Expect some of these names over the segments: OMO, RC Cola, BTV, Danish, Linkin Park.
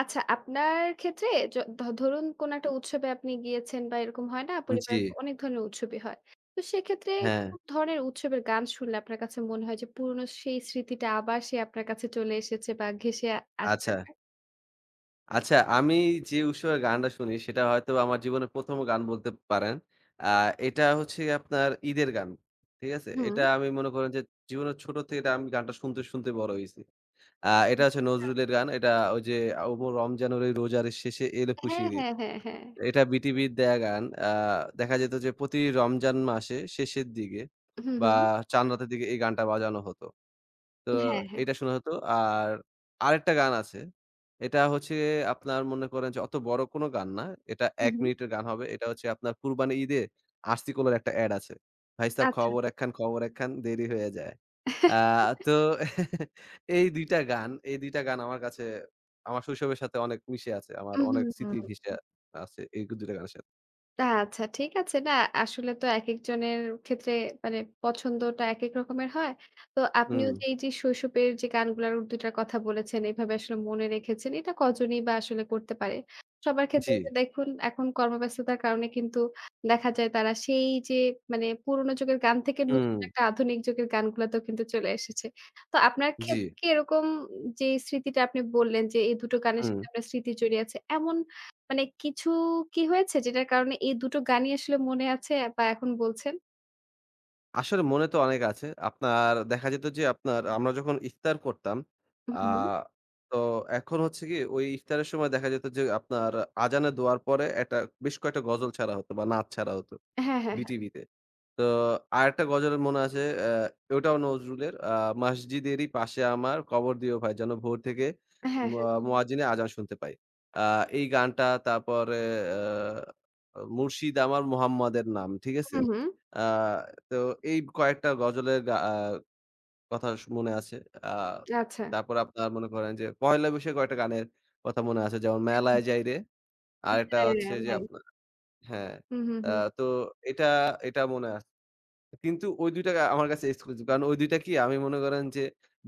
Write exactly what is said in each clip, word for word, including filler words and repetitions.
আচ্ছা, আপনার ক্ষেত্রে য ধ ধরুন কোন একটা উৎসবে আপনি গিয়েছেন বা এরকম হয় না? জি, পরিবারের অনেক ধরনের উৎসবই হয়। তো সেক্ষেত্রে হ্যাঁ। কোন ধরনের উৎসবের গান শুনলে আপনার কাছে মনে হয় যে পুরনো সেই স্মৃতিটা আবার সে আপনার কাছে চলে এসেছে বা ঘেঁষে আ- আসছে আচ্ছা, আপনার? আচ্ছা আমি যে উৎসবের গানটা শুনি সেটা হয়তো আমার জীবনের ১ম গান বলতে পারেন। আ এটা হচ্ছে আপনার ঈদের গান। ঠিক আছে? হুম। এটা আমি মনে করেন যে জীবনের ছোট থেকে এটা আমি গানটা শুনতে, শুনতে বড় হইছি। আ এটা হচ্ছে নজরুলের গান। এটা ওই যে ওমো রমজানের ওই রোজার শেষে এলো হ্যাঁ, খুশির ঈদ। হ্যাঁ, হ্যাঁ, হ্যাঁ। এটা বিটিভির দেয়া গান। আ দেখা যেত যে প্রতি রমজান মাসে শেষের দিকে হুম, বা হুম। চাঁদ রাতের দিকে এই গানটা বাজানো হতো। তো হ্যাঁ, হ্যাঁ। এটা শোনা হতো। আর আরেকটা গান আছে। এটা হচ্ছে আপনার মনে করেন যে অত বড় কোনো গান না। এটা হুম, এক হুম। মিনিটের গান হবে। এটা হচ্ছে আপনার কুরবানি ঈদে আরসি কলার একটা এড আছে। "ভাই সাব আচ্ছা। খবর একখান, খবর একখান দেরি হয়ে যায়।" আ তো এই দুই টা গান, এই দুই টা গান আমার কাছে আমার শৈশবের সাথে অনেক মিশে আছে। আমার অনেক উহুম, স্মৃতি হুম। ঘেঁষে আছে এই দুই টা গানের সাথে। আচ্ছা, ঠিক আছে। না, আসলে তো একেকজনের ক্ষেত্রে মানে পছন্দটা একেক রকমের হয়। তো হুম, আপনিও যে এই যে শৈশবের যে গানগুলার দুই টার কথা বলেছেন, এভাবে আসলে মনে রেখেছেন এটা কজনই বা আসলে করতে পারে। সবার জি, ক্ষেত্রে যে দেখুন এখন কর্মব্যস্ততার কারণে কিন্তু দেখা যায় তারা সেই যে মানে পুরোনো যুগের গান থেকে নতুন হুম, একটা আধুনিক যুগের গানগুলাতেও কিন্তু চলে এসেছে। তো আপনার জি, ক্ষেত্রে কি এরকম যে স্মৃতিটা আপনি বললেন যে এই দুটো গানের হুম। সাথে আপনার স্মৃতি জড়িয়ে আছে, এমন মানে কিছু কি হয়েছে যেটার কারণে এই দুটো গানই আসলে মনে আছে বা এখন বলছেন? আসলে মনে তো অনেক আছে। আপনার দেখা যেত যে আপনার আমরা যখন ইফতার করতাম, হুম, আ হুম। তো এখন হচ্ছে কি ওই ইফতারের সময় দেখা যেত যে আপনার আযানের দোয়ার পরে একটা বেশ কয়েকটা গজল ছাড়া হতো বা নাচ ছাড়া হতো হ্যাঁ, হ্যাঁ, বিটিভিতে। তো আরেকটা গজলের মনে আছে অ্যা ওটাও নজরুলের আ "মসজিদেরই পাশে আমার কবর দিও ভাই যেন ভোর থেকে হ্যাঁ, হ্যাঁ, ম হ্যাঁ। মুয়াজ্জিনের আযান শুনতে পাই।" আ এই গানটা তারপরে অ্যা "মুর্শিদ আমার মোহাম্মদের নাম।" ঠিক আছে? হুম, হুম। আ তো এই কয়েকটা গজলের গা আ কথা স মনে আছে। আ আচ্ছা। তারপর আপনার মনে করেন যে পহেলা বৈশাখে কয়েকটা গানের কথা মনে আছে যেমন "মেলায় যাইরে" আরেকটা হ্যাঁ, হচ্ছে হ্যাঁ, যে নাই। আপনার হ্যাঁ, হুম, হুম, আ হুম। তো এটা, এটা মনে আছে। কিন্তু ওই দুই টা আ আমার কাছে এক্সক্লুসিভ। কারণ ওই দুই টা কি আমি মনে করেন যে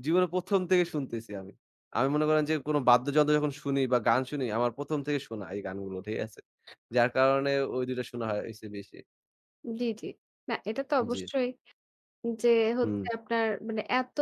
জীবনে ১ম থেকে শুনতেছি আমি। আমি মনে করেন যে কোন বাদ্যযন্ত্র যখন শুনি বা গান শুনি আমার ১ম থেকে শোনা এই গানগুলো, ঠিক আছে? যার কারণে ওই দুই টা শোনা হয় হইছে বেশি। জি, জি। না, এটা তো জি। অবশ্যই। যে হুম। হচ্ছে আপনার মানে এত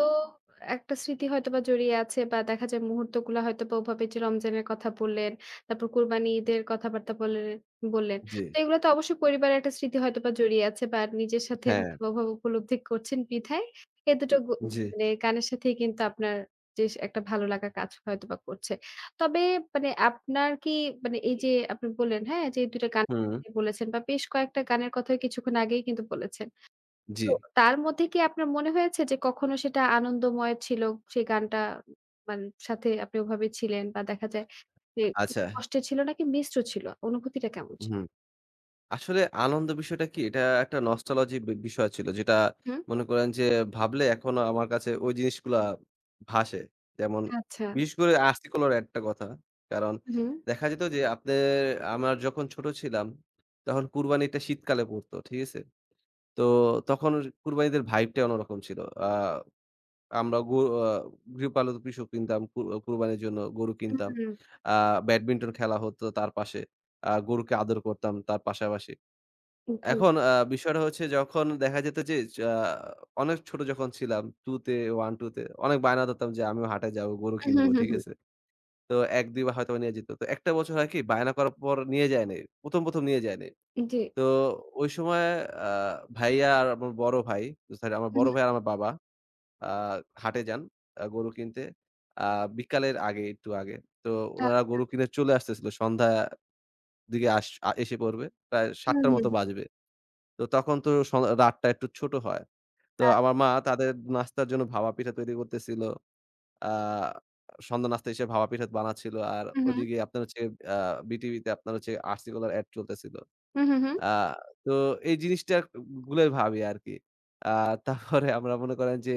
একটা স্মৃতি হয়তোবা জড়িয়ে আছে বা দেখা যায় মুহূর্তগুলো হয়তোবা ওভাবে যে রমজানের কথা বললেন, তারপর কোরবানি ঈদের কথাবার্তা বললেন বললেন। জি। তো এগুলো তো অবশ্যই পরিবারের একটা স্মৃতি হয়তোবা জড়িয়ে আছে বা নিজের সাথে হ্যাঁ। হয়তোবা ওভাবে উপলব্ধি করছেন বিধায় এ দুটো গ জি। মানে গানের সাথেই কিন্তু আপনার যে একটা ভালো লাগা কাজ হয়তোবা করছে। তবে মানে আপনার কি মানে এই যে আপনি বললেন, হ্যাঁ? যে দুই টা গান হুম। বলেছেন বা বেশ কয়েকটা গানের কথাই কিছুক্ষণ আগেই কিন্তু বলেছেন। জি। তো তার মধ্যে কি আপনার মনে হয়েছে যে কখনো সেটা আনন্দময় ছিল, সেই গানটা মান সাথে আপনি ওভাবে ছিলেন বা দেখা যায় যে আচ্ছা। কষ্টের ছিল নাকি মিশ্র ছিল? অনুভূতিটা কেমন ছিল? হুম। আসলে আনন্দ বিষয়টা কি? এটা একটা নস্টালজি বি বিষয় ছিল। যেটা হুম? মনে করেন যে ভাবলে এখনো আমার কাছে ওই জিনিসগুলা ভাসে। যেমন আচ্ছা। বিশেষ করে আরসি কলার একটা কথা। কারণ হুম, দেখা যেত যে আপনার আমার যখন ছোট ছিলাম তখন কুরবানিটা শীতকালে পড়তো। ঠিক আছে? তো তখন কুরবানিদের ভাইবটাই অন্যরকম ছিল। আ আমরা গো আ গৃহপালিত পশু কিনতাম কু কুরবানির জন্য গরু কিনতাম। হুম, আ ব্যাডমিন্টন খেলা হতো তার পাশে। আ গরুকে আদর করতাম তার পাশাপাশি। হুম, জি। এখন আ বিষয়টা হচ্ছে যখন দেখা যেত যে চা অনেক ছোট যখন ছিলাম দুই তে এক, দুই তে অনেক বায়না ধরতাম যে আমিও হাটে যাবো, গরু হুম, কিনবো। হুম, ঠিক হুম, আছে? তো এক, দুই বার হয়তোবা নিয়ে যেত। তো একটা বছর হয় কি বায়না করার পর নিয়ে যায় নাই। ১ম, ১ম নিয়ে যায় নাই। হুম, জি। তো ওই সময় আ ভাইয়া আর আমার বড় ভাই সরি আমার হুম, বড় ভাই আর আমার বাবা আ হাটে যান আ গরু কিনতে। আ বিকালের আগে একটু আগে। তো আ উনারা গরু কিনে চলে আসতেছিল সন্ধ্যা দিকে আস আ এসে পড়বে। প্রায় সাত হুম, টার মতো হুম, বাজবে। তো তখন তো স রাতটা একটু ছোট হয়। তো আ আমার মা তাদের নাস্তার জন্য ভাপা পিঠা তৈরি করতেছিল। আ সন্ধ্যা নাস্তা হিসেবে ভাপা পিঠা বানাচ্ছিল। আর হুম, হুম, ওদিকে আপনার হচ্ছে আ বিটিভিতে আপনার হচ্ছে আরসি কলার এড চলতেছিল। হুম, হুম, আ তো এই জিনিসটা গুলাই ভাবি আরকি। আ তারপরে আমরা মনে করেন যে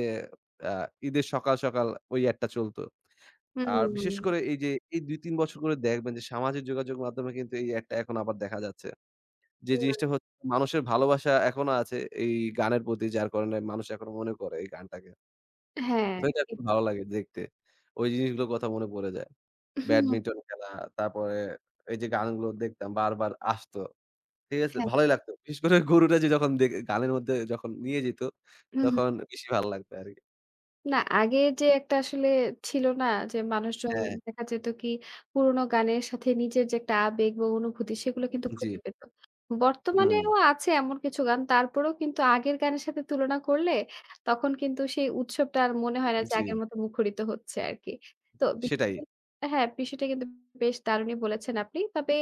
আ ঈদের সকাল, সকাল ওই এডটা চলত। হুম, আর হুম, বিশেষ করে এই যে এই দুই তিন বছর করে দেখবেন যে সামাজিক যোগাযোগ মাধ্যমে কিন্তু এই এডটা এখন আবার দেখা যাচ্ছে। যে হুম, জিনিসটা হচ্ছে মানুষের ভালোবাসা এখনো আছে এই গানের প্রতি যার কারণে মানুষ এখনো মনে করে এই গানটাকে। হ্যাঁ। তো এটা খুব ভালো লাগে দেখতে। ওই জিনিসগুলোর কথা মনে পড়ে যায়। হুম, ব্যাডমিন্টন খেলা, তারপরে এই যে গানগুলো দেখতাম বারবার আসতো। ঠিক আছে? হ্যাঁ। ভালোই লাগতো। বিশেষ করে গরুটা যে যখন দে গানের মধ্যে যখন নিয়ে যেত হুম। তখন বেশি ভালো লাগতো আরকি। না, আগে যে একটা আসলে ছিল না? যে মানুষজন হ্যাঁ, দেখা যেত কি পুরোনো গানের সাথে নিজের যে একটা আবেগ বা অনুভূতি সেগুলো কিন্তু জি। খুঁজে পেত। হুম, বর্তমানেও আছে এমন কিছু গান। তারপরেও কিন্তু আগের গানের সাথে তুলনা করলে তখন কিন্তু সেই উৎসবটা আর মনে হয় না যে জি। আগের মতো মুখরিত হচ্ছে আরকি। তো বিষয়টা সেটাই। কিন হ্যাঁ, বিষয়টা কিন্তু বেশ দারুণই বলেছেন আপনি। তবে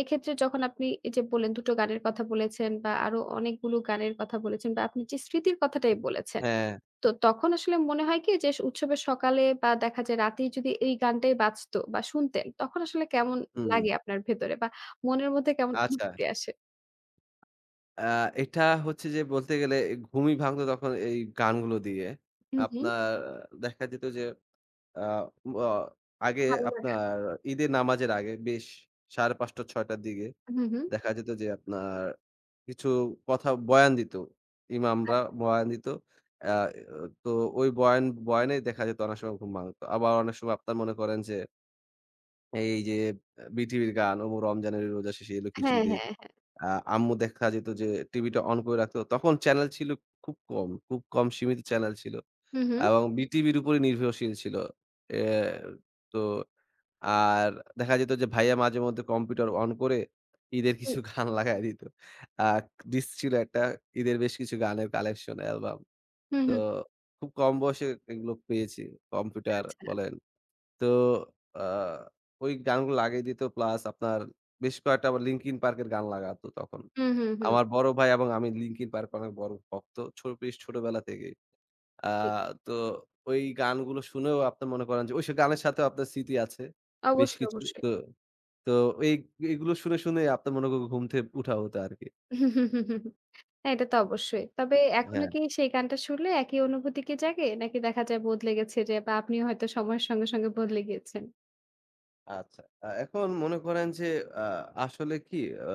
এক্ষেত্রে যখন আপনি এই যে বললেন দুই টো গানের কথা বলেছেন বা আরো অনেকগুলো গানের কথা বলেছেন বা আপনি যে স্মৃতির কথাটাই বলেছেন। হ্যাঁ, তো তখন আসলে মনে হয় কি যে উৎসবের সকালে বা দেখা যায় রাতেই যদি এই গানটাই বাজতো বা শুনতেন, তখন আসলে কেমন হুম। লাগে আপনার ভেতরে বা মনের মধ্যে কেমন আচ্ছা। অনুভূতি আসে? আ এটা হচ্ছে যে বলতে গেলে ঘুমই ভাঙতো তখন এই গানগুলো দিয়ে। হুম, হুম। আপনার দেখা যেত যে আ ম আগে ভালো লাগা আপনার ঈদের নামাজের আগে বেশ সাড়ে পাঁচটা ছয়টা র দিকে হুম, হুম। দেখা যেত যে আপনার কিছু কথা বয়ান দিত। ইমামরা বয়ান দিত। আ তো ওই বয়ান বয়ানেই দেখা যেত অনেক সময় ঘুম ভাঙত। আবার অনেক সময় আপনার মনে করেন যে এই যে আ বিটিভির গান, ওমো রমজানের রোজা শেষে এলো হ্যাঁ, খুশির ঈদ। হ্যাঁ, হ্যাঁ। আ আম্মু দেখা যেত যে টিভিটা অন করে রাখতো। তখন চ্যানেল ছিল খুব কম, খুব কম সীমিত চ্যানেল ছিল হুম, হুম। এবং বিটিভির উপরে নির্ভরশীল ছিল। এ তো আর দেখা যেত যে ভাইয়া মাঝেমধ্যে কম্পিউটার অন করে ঈদের হুম, কিছু গান লাগায় দিত। আ ডিস্ক ছিল একটা ঈদের বেশ কিছু গানের কালেকশন অ্যালবাম। হুম, তো হুম। খুব কম বয়সে এগুলো পেয়েছি। কম্পিউটার আচ্ছা। বলেন তো আ ওই গানগুলো লাগিয়ে দিত প্লাস আপনার বেশ কয়েকটা আবার 'Linkin Park' এর গান লাগাতো তখন। হুম, হুম, হুম। আমার বড় ভাই এবং আমি 'Linkin Park' অনেক বড় ভক্ত। ছো বেশ ছোটবেলা থেকেই। আ জি। তো ওই গানগুলো শুনেও আপনি মনে করেন যে ওইসব গানের সাথেও আপনার স্মৃতি আছে বেশ অবশ্যই, কিছু। অবশ্যই। তো তো এই এগুলো শুনে, শুনে আপনার মনে করুন ঘুম থেকে উঠা হতো আরকি। হ্যাঁ, এটা তো অবশ্যই। তবে এখনো হ্যাঁ, কি সেই গানটা শুনলে একই অনুভূতি কি জাগে? নাকি দেখা যায় বদলে গেছে যে বা আপনিও হয়তো সময়ের সঙ্গে, সঙ্গে বদলে গিয়েছেন? আচ্ছা। আ এখন মনে করেন যে আ আসলে কি আ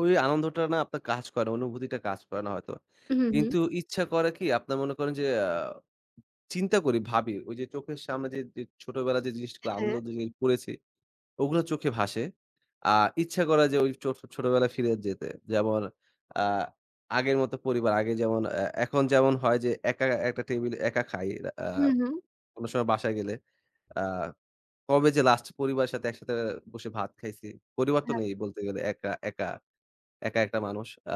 ওই আনন্দটা না আপনার কাজ করে না, অনুভূতিটা কাজ করে না হয়তো। হুম, হুম। কিন্তু ইচ্ছা করে কি আপনার মনে করেন যে আ চিন্তা করি, ভাবি ওই যে চোখের সামনে যে যে ছোটবেলায় যে জিনিসগুলো হ্যাঁ। আনন্দ যে জিনিস করেছি ওগুলো চোখে ভাসে। আ ইচ্ছা করে যে ওই চো ছোটবেলায় ফিরে যেতে। যেমন আ আগের মতো পরিবার আগে যেমন এ এখন যেমন হয় যে একা একটা টেবিলে একা খাই। আ হুম, হুম। কোনো সময় বাসায় গেলে। আ কবে যে লাস্ট পরিবারের সাথে একসাথে বসে ভাত খাইছি। পরিবার তো হ্যাঁ। নেই বলতে গেলে একা, একা। একা একটা মানুষ। আ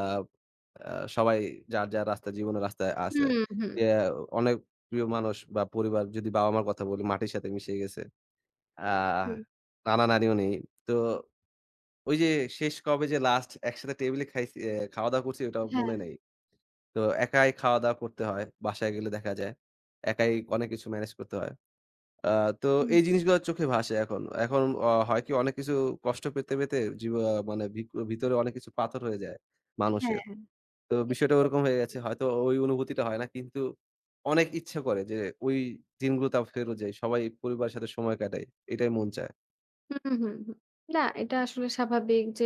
আ সবাই যার, যার রাস্তা জীবনের রাস্তায় আছে। হুম, হুম। ইয়া অনেক প্রিয় মানুষ বা পরিবার যদি বাবা-মার কথা বলি মাটির সাথে মিশে গেছে। আহ হুম। নানা-নানিও নেই। তো ওই যে শেষ কবে যে লাস্ট একসাথে টেবিলে খাইছি এ খাওয়া-দাওয়া করছি ওটাও হ্যাঁ। মনে নেই। তো একাই খাওয়া-দাওয়া করতে হয়। বাসায় গেলে দেখা যায়। একাই অনেক কিছু ম্যানেজ করতে হয়। আ তো হুম, এই জিনিসগুলো চোখে ভাসে এখন। এখন অ হয় কি অনেক কিছু কষ্ট পেতে, পেতে জীব মানে ভিক ভিতরে অনেক কিছু পাথর হয়ে যায় হ্যাঁ, মানুষের। হ্যাঁ। তো এটা বিষয়টা তো ওরকম হয়ে গেছে। হয়তো ওই অনুভূতিটা হয় না। কিন্তু অনেক ইচ্ছা করে যে ওই দিনগুলোতে আবার ফেরত যাই। সবাই পরিবারের সাথে সময় কাটাই। এটাই মন চায়। হুম, হুম, হুম। না, এটা আসলে স্বাভাবিক যে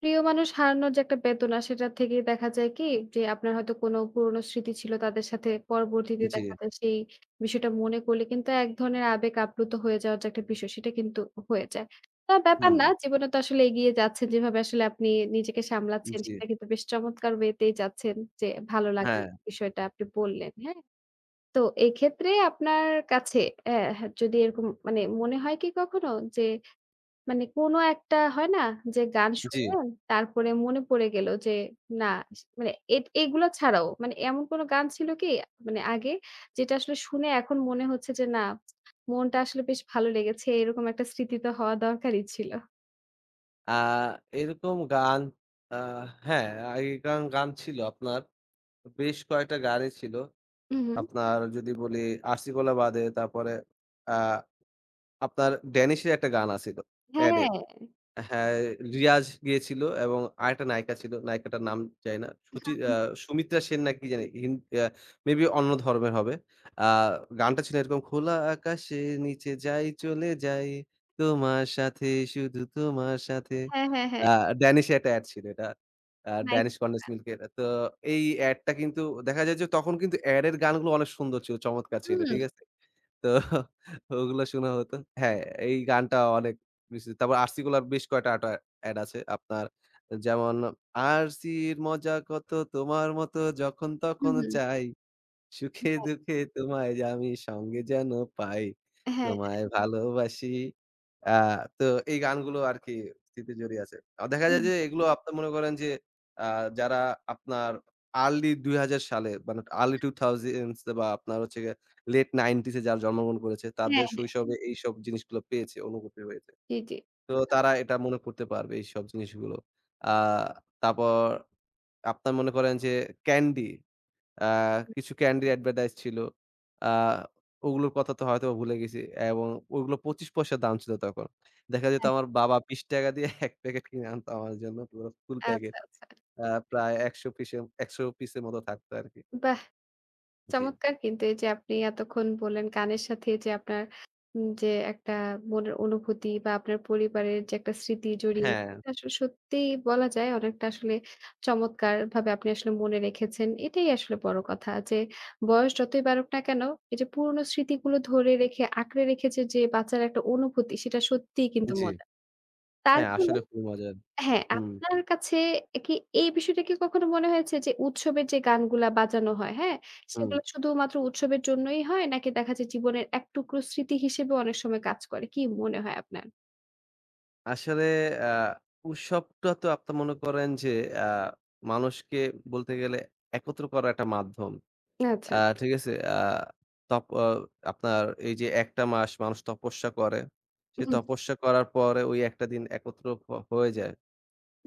প্রিয় মানুষ হারানোর যে একটা বেদনা সেটা থেকেই দেখা যায় কি যে আপনার হয়তো কোনো পুরনো স্মৃতি ছিল তাদের সাথে, পরবর্তীতে জি, দেখা যায় সেই বিষয়টা মনে করলে কিন্তু এক ধরনের আবেগ আপ্লুত হয়ে যাওয়ার যে একটা বিষয়, সেটা কিন্তু হয়ে যায়। তা ব্যাপার হুম, না, জীবনে তো আসলে এগিয়ে যাচ্ছেন। যেভাবে আসলে আপনি নিজেকে সামলাচ্ছেন জি, সেটা কিন্তু বেশ চমৎকার ওয়েতেই যাচ্ছেন। যে ভালো লাগার হ্যাঁ, বিষয়টা আপনি বললেন, হ্যাঁ? তো এক্ষেত্রে আপনার কাছে অ্যা যদি এরকম মানে মনে হয় কি কখনো যে মানে কোনো একটা হয় না যে গান জি। শুনলেন তারপরে মনে পড়ে গেল যে না, মানে এ এগুলো ছাড়াও মানে এমন কোনো গান ছিল কি মানে আগে যেটা আসলে শুনে এখন মনে হচ্ছে যে না, মনটা আসলে বেশ ভালো লেগেছে, এরকম একটা স্মৃতি তো হওয়া দরকারই ছিল। আ এরকম গান আ হ্যাঁ, আগে গান, গান ছিল আপনার বেশ কয়েকটা গানই ছিল। হুম, হুম। আপনার যদি বলি আরসি কৌলা বাদে তারপরে আ আপনার ড্যানিশের একটা গান আছিল এড এর। হ্যাঁ। হ্যাঁ, রিয়াজ গিয়েছিল এবং আরেকটা নায়িকা ছিল। নায়িকাটার নাম জানি না। সুচি আ সুমিত্রা সেন না কি জানি হিন আ মেবি অন্য ধর্মের হবে। আ গানটা ছিল এরকম খোলা আকাশের নিচে যাই চলে যাই তোমার সাথে শুধু তোমার সাথে। হ্যাঁ, হ্যাঁ, হ্যাঁ। আ ড্যানিশের একটা এড ছিল এটা। Uh nice. Danish condense milk এর। তো এই এডটা কিন্তু দেখা যায় যে তখন কিন্তু এড এর গানগুলো অনেক সুন্দর ছিল, চমৎকার ছিল। হুম, ঠিক আছে? তো ওগুলো শোনা হতো। হ্যাঁ, এই গানটা অনেক মিশ্রিত। তারপর আরসি গুলার বেশ কয়েকটা আটা অ্যাড আছে। আপনার যেমন আরসির মজা কত তোমার মত যখন তখন হুম, হুম। চাই। সুখে হ্যাঁ, দুঃখে তোমায় যে আমি সঙ্গে যেন পাই, হ্যাঁ, হ্যাঁ। তোমায় ভালোবাসি। আ তো এই গানগুলো আরকি স্মৃতি জড়িয়ে আছে। আ দেখা যায় হুম। যে এগুলো আপনি মনে করেন যে আ যারা আপনার আর্লি দুই হাজার সালে মানে আর্লি টু থাউজেন্ডস বা আপনার হচ্ছে গিয়ে লেট নাইন্টিস এ যারা জন্মগ্রহণ করেছে হ্যাঁ, তাদের হ্যাঁ। শৈশবে এইসব জিনিসগুলো পেয়েছে, অনুভূতি হয়েছে। জি, জি। তো তারা এটা মনে করতে পারবে এইসব জিনিসগুলো। আ তারপর আপনার মনে করেন যে ক্যান্ডি আ হুম, কিছু ক্যান্ডির অ্যাডভার্টাইজ ছিল। আ ওগুলোর কথা তো হয়তোবা ভুলে গেছি এবং ওগুলো পঁচিশ পয়সা দাম ছিল তখন। দেখা যেত হ্যাঁ। আমার বাবা ৳বিশ দিয়ে এক প্যাকেট কিনে আনত আমার জন্য পুরো ফুল প্যাকেট। আচ্ছা, আচ্ছা। আ প্রায় একশো পিসের একশো পিসের মতো থাকতো আরকি। বাহ! জি। চমৎকার। কিন্তু এই যে আপনি এতক্ষণ বললেন গানের সাথে যে আপনার উম যে একটা মনের অনুভূতি বা আপনার পরিবারের যে একটা স্মৃতি জড়িয়ে আছে, হ্যাঁ, এটা আসলে সত্যিই বলা যায় অনেকটা আসলে চমৎকারভাবে আপনি আসলে মনে রেখেছেন। এটাই আসলে বড় কথা যে বয়স যতই বাড়ুক না কেন এই যে পুরনো স্মৃতিগুলো ধরে রেখে আঁকড়ে রেখেছে যে বাচ্চার একটা অনুভূতি, সেটা সত্যিই কিন্তু জি। মজার। হ্যাঁ, তারপরেও আসলে খুবই মজার। হ্যাঁ, হুম, আপনার কাছে কি এই বিষয়টা কি কখনো মনে হয়েছে যে উৎসবের যে গানগুলা বাজানো হয়, হ্যাঁ? হুম। সেগুলো শুধুমাত্র উৎসবের জন্যই হয় নাকি দেখা যায় জীবনের এক টুকরো স্মৃতি হিসেবেও অনেক সময় কাজ করে? কি মনে হয় আপনার? আসলে আ উৎসবটা তো আপনি মনে করেন যে আ মানুষকে বলতে গেলে একত্র করার একটা মাধ্যম। আ আচ্ছা। ঠিক আছে? আ তপ অ আপনার এই যে এক টা মাস মানুষ তপস্যা করে। হু, সে হু। তপস্যা করার পরে ওই এক টা দিন একত্র হ হয়ে যায়।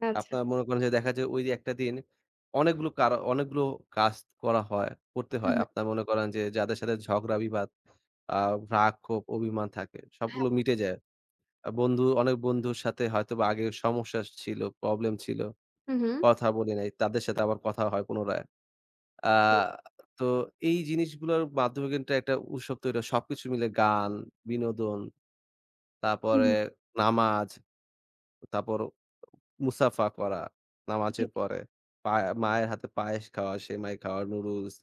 আচ্ছা। আপনার মনে করেন যে দেখা যায় ওই যে এক টা দিন অনেকগুলো কার অনেকগুলো কাজ করা হয়, করতে হু, হয়। হু। আপনার মনে করেন যে যাদের সাথে ঝগড়া বিবাদ, আ রাগ, ক্ষোভ, অভিমান থাকে সবগুলো হ্যাঁ। মিটে যায়। আ বন্ধু অনেক বন্ধুর সাথে হয়তোবা আগে সমস্যা ছিল, প্রবলেম ছিল। হু, হু। কথা বলি নাই। তাদের সাথে আবার কথা হয় পুনরায়। আ তো এই জিনিসগুলোর মাধ্যমে কিন্তু একটা উৎসব তৈরি হয়। সবকিছু মিলে গান, বিনোদন, হু, তারপরে হু। নামাজ, তারপর মুসাফা করা জি, নামাজের পরে। পায়া মায়ের হাতে পায়েস খাওয়া, সেমাই খাওয়া, নুডলস,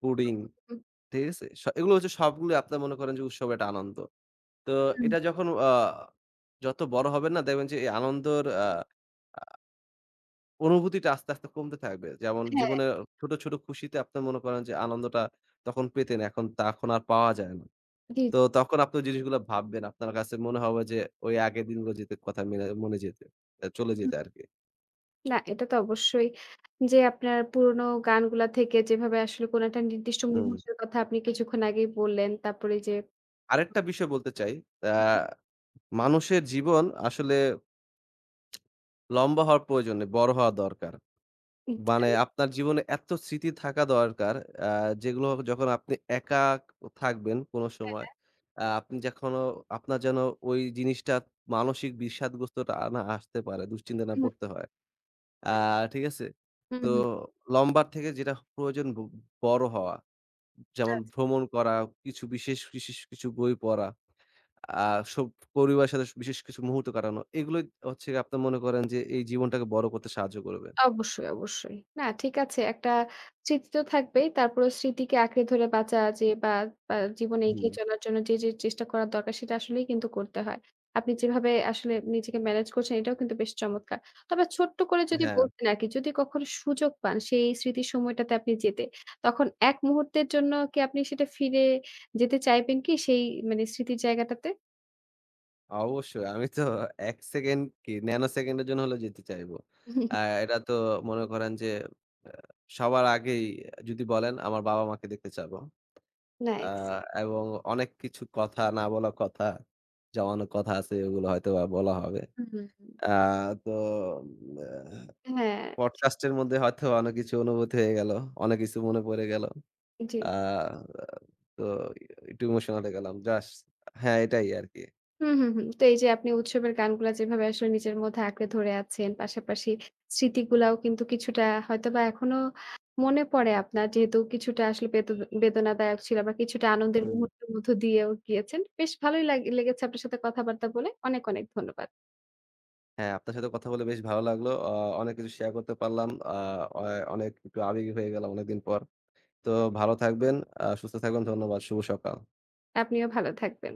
পুডিং, হু, ঠিক আছে? স এগুলো হচ্ছে সবগুলো আপনারা মনে করেন যে উৎসবের একটা আনন্দ। তো হুম। এটা যখন আ যত বড় হবেন না দেখবেন যে এই আনন্দর আ অনুভূতিটা আস্তে, আস্তে কমতে থাকবে। যেমন হ্যাঁ, জীবনে ছোট, ছোট খুশিতে আপনি মনে করেন যে আনন্দটা তখন পেতেন, এখন তা এখন আর পাওয়া যায় না। জি, তো জি। তখন আপনি ওই জিনিসগুলো ভাববেন। আপনার কাছে মনে হবে যে ওই আগের দিনগুলো যেতে কথা মেনে মনে যেতে আ চলে হুম। যেতে আরকি। না, এটা তো অবশ্যই যে আপনার পুরোনো গানগুলা থেকে যেভাবে আসলে কোনো একটা নির্দিষ্ট হুম। মুহূর্তের কথা আপনি কিছুক্ষণ আগেই বললেন। তারপরে যে আরেকটা বিষয় বলতে চাই। আ হু, হু। মানুষের জীবন আসলে লম্বা হওয়ার প্রয়োজন নেই, বড় হওয়া দরকার। আচ্ছা। মানে আপনার জীবনে এত স্মৃতি থাকা দরকার আ যেগুলো যখন আপনি একা থাকবেন কোনো হ্যাঁ, সময়, হ্যাঁ। আ আপনি যেকোনো আপনার যেন ওই জিনিসটা মানসিক বিষাদগ্রস্তটা না আসতে পারে, দুশ্চিন্তা না হু, পড়তে হয়। আ ঠিক আছে? হু, তো হু। লম্বার থেকে যেটা প্রয়োজন ব বড় হওয়া। যেমন ভ্রমণ করা, কিছু বিশেষ, বিশেষ কিছু বই পড়া, আ সব পরিবারের সাথে বিশেষ কিছু মুহূর্ত কাটানো। এগুলোই হচ্ছে আপনার মনে করেন যে এই জীবনটাকে বড় করতে সাহায্য করবে। অবশ্যই, অবশ্যই। না, ঠিক আছে, একটা স্মৃতি তো থাকবেই। তারপরেও স্মৃতিকে আঁকড়ে ধরে বাঁচা যে বা, বা জীবনে হুম, এগিয়ে চলার জন্য যে, যে চেষ্টা করা দরকার সেটা আসলেই কিন্তু করতে হয়। আপনি যেভাবে আসলে নিজেকে ম্যানেজ করছেন এটাও কিন্তু বেশ চমৎকার। তবে ছোট্ট করে যদি হ্যাঁ। বলতেন আরকি, যদি কখনো সুযোগ পান সেই স্মৃতির সময়টাতে আপনি যেতে, তখন এক মুহূর্তের জন্য কি আপনি সেটা ফিরে যেতে চাইবেন কি সেই মানে স্মৃতির জায়গাটাতে? অবশ্যই। আমি তো এক সেকেন্ড কি ন্যানো সেকেন্ডের জন্য হলেও যেতে চাইব। আ এটা তো মনে করেন যে আ সবার আগেই যদি বলেন আমার বাবা-মাকে দেখতে চাবো। আ জি। নাইস। এবং অনেক কিছু কথা, না বলা কথা, জমানো কথা আছে ওগুলো হয়তোবা বলা হবে। হুম, হুম, হুম। আ তো আ হ্যাঁ, পডকাস্ট এর মধ্যে হয়তো অনেক কিছু অনুভূতি হয়ে গেল। অনেক কিছু মনে পড়ে গেল। জি। আ তো একটু ইমোশনাল হয়ে গেলাম। জাস্ট হ্যাঁ, এটাই আরকি। হুম, হুম, হুম। তো এই যে আপনি উৎসবের গানগুলা যেভাবে আসলে নিজের মধ্যে আঁকড়ে ধরে আছেন, পাশাপাশি স্মৃতিগুলাও কিন্তু কিছুটা হয়তোবা এখনো মনে পড়ে আপনার। যেহেতু কিছুটা আসলে বেদ বেদনাদায়ক ছিল বা কিছুটা আনন্দের হুম। মুহূর্তের মধ্য দিয়েও গিয়েছেন। বেশ ভালোই লাগ লেগেছে আপনার সাথে কথাবার্তা বলে। অনেক, অনেক ধন্যবাদ। হ্যাঁ, আপনার সাথে কথা বলে বেশ ভালো লাগলো। অ অনেক কিছু শেয়ার করতে পারলাম। আ অয় অনেক একটু আবেগী হয়ে গেলাম অনেকদিন পর। তো ভালো থাকবেন, আ সুস্থ থাকবেন। ধন্যবাদ। শুভ সকাল। আপনিও ভালো থাকবেন।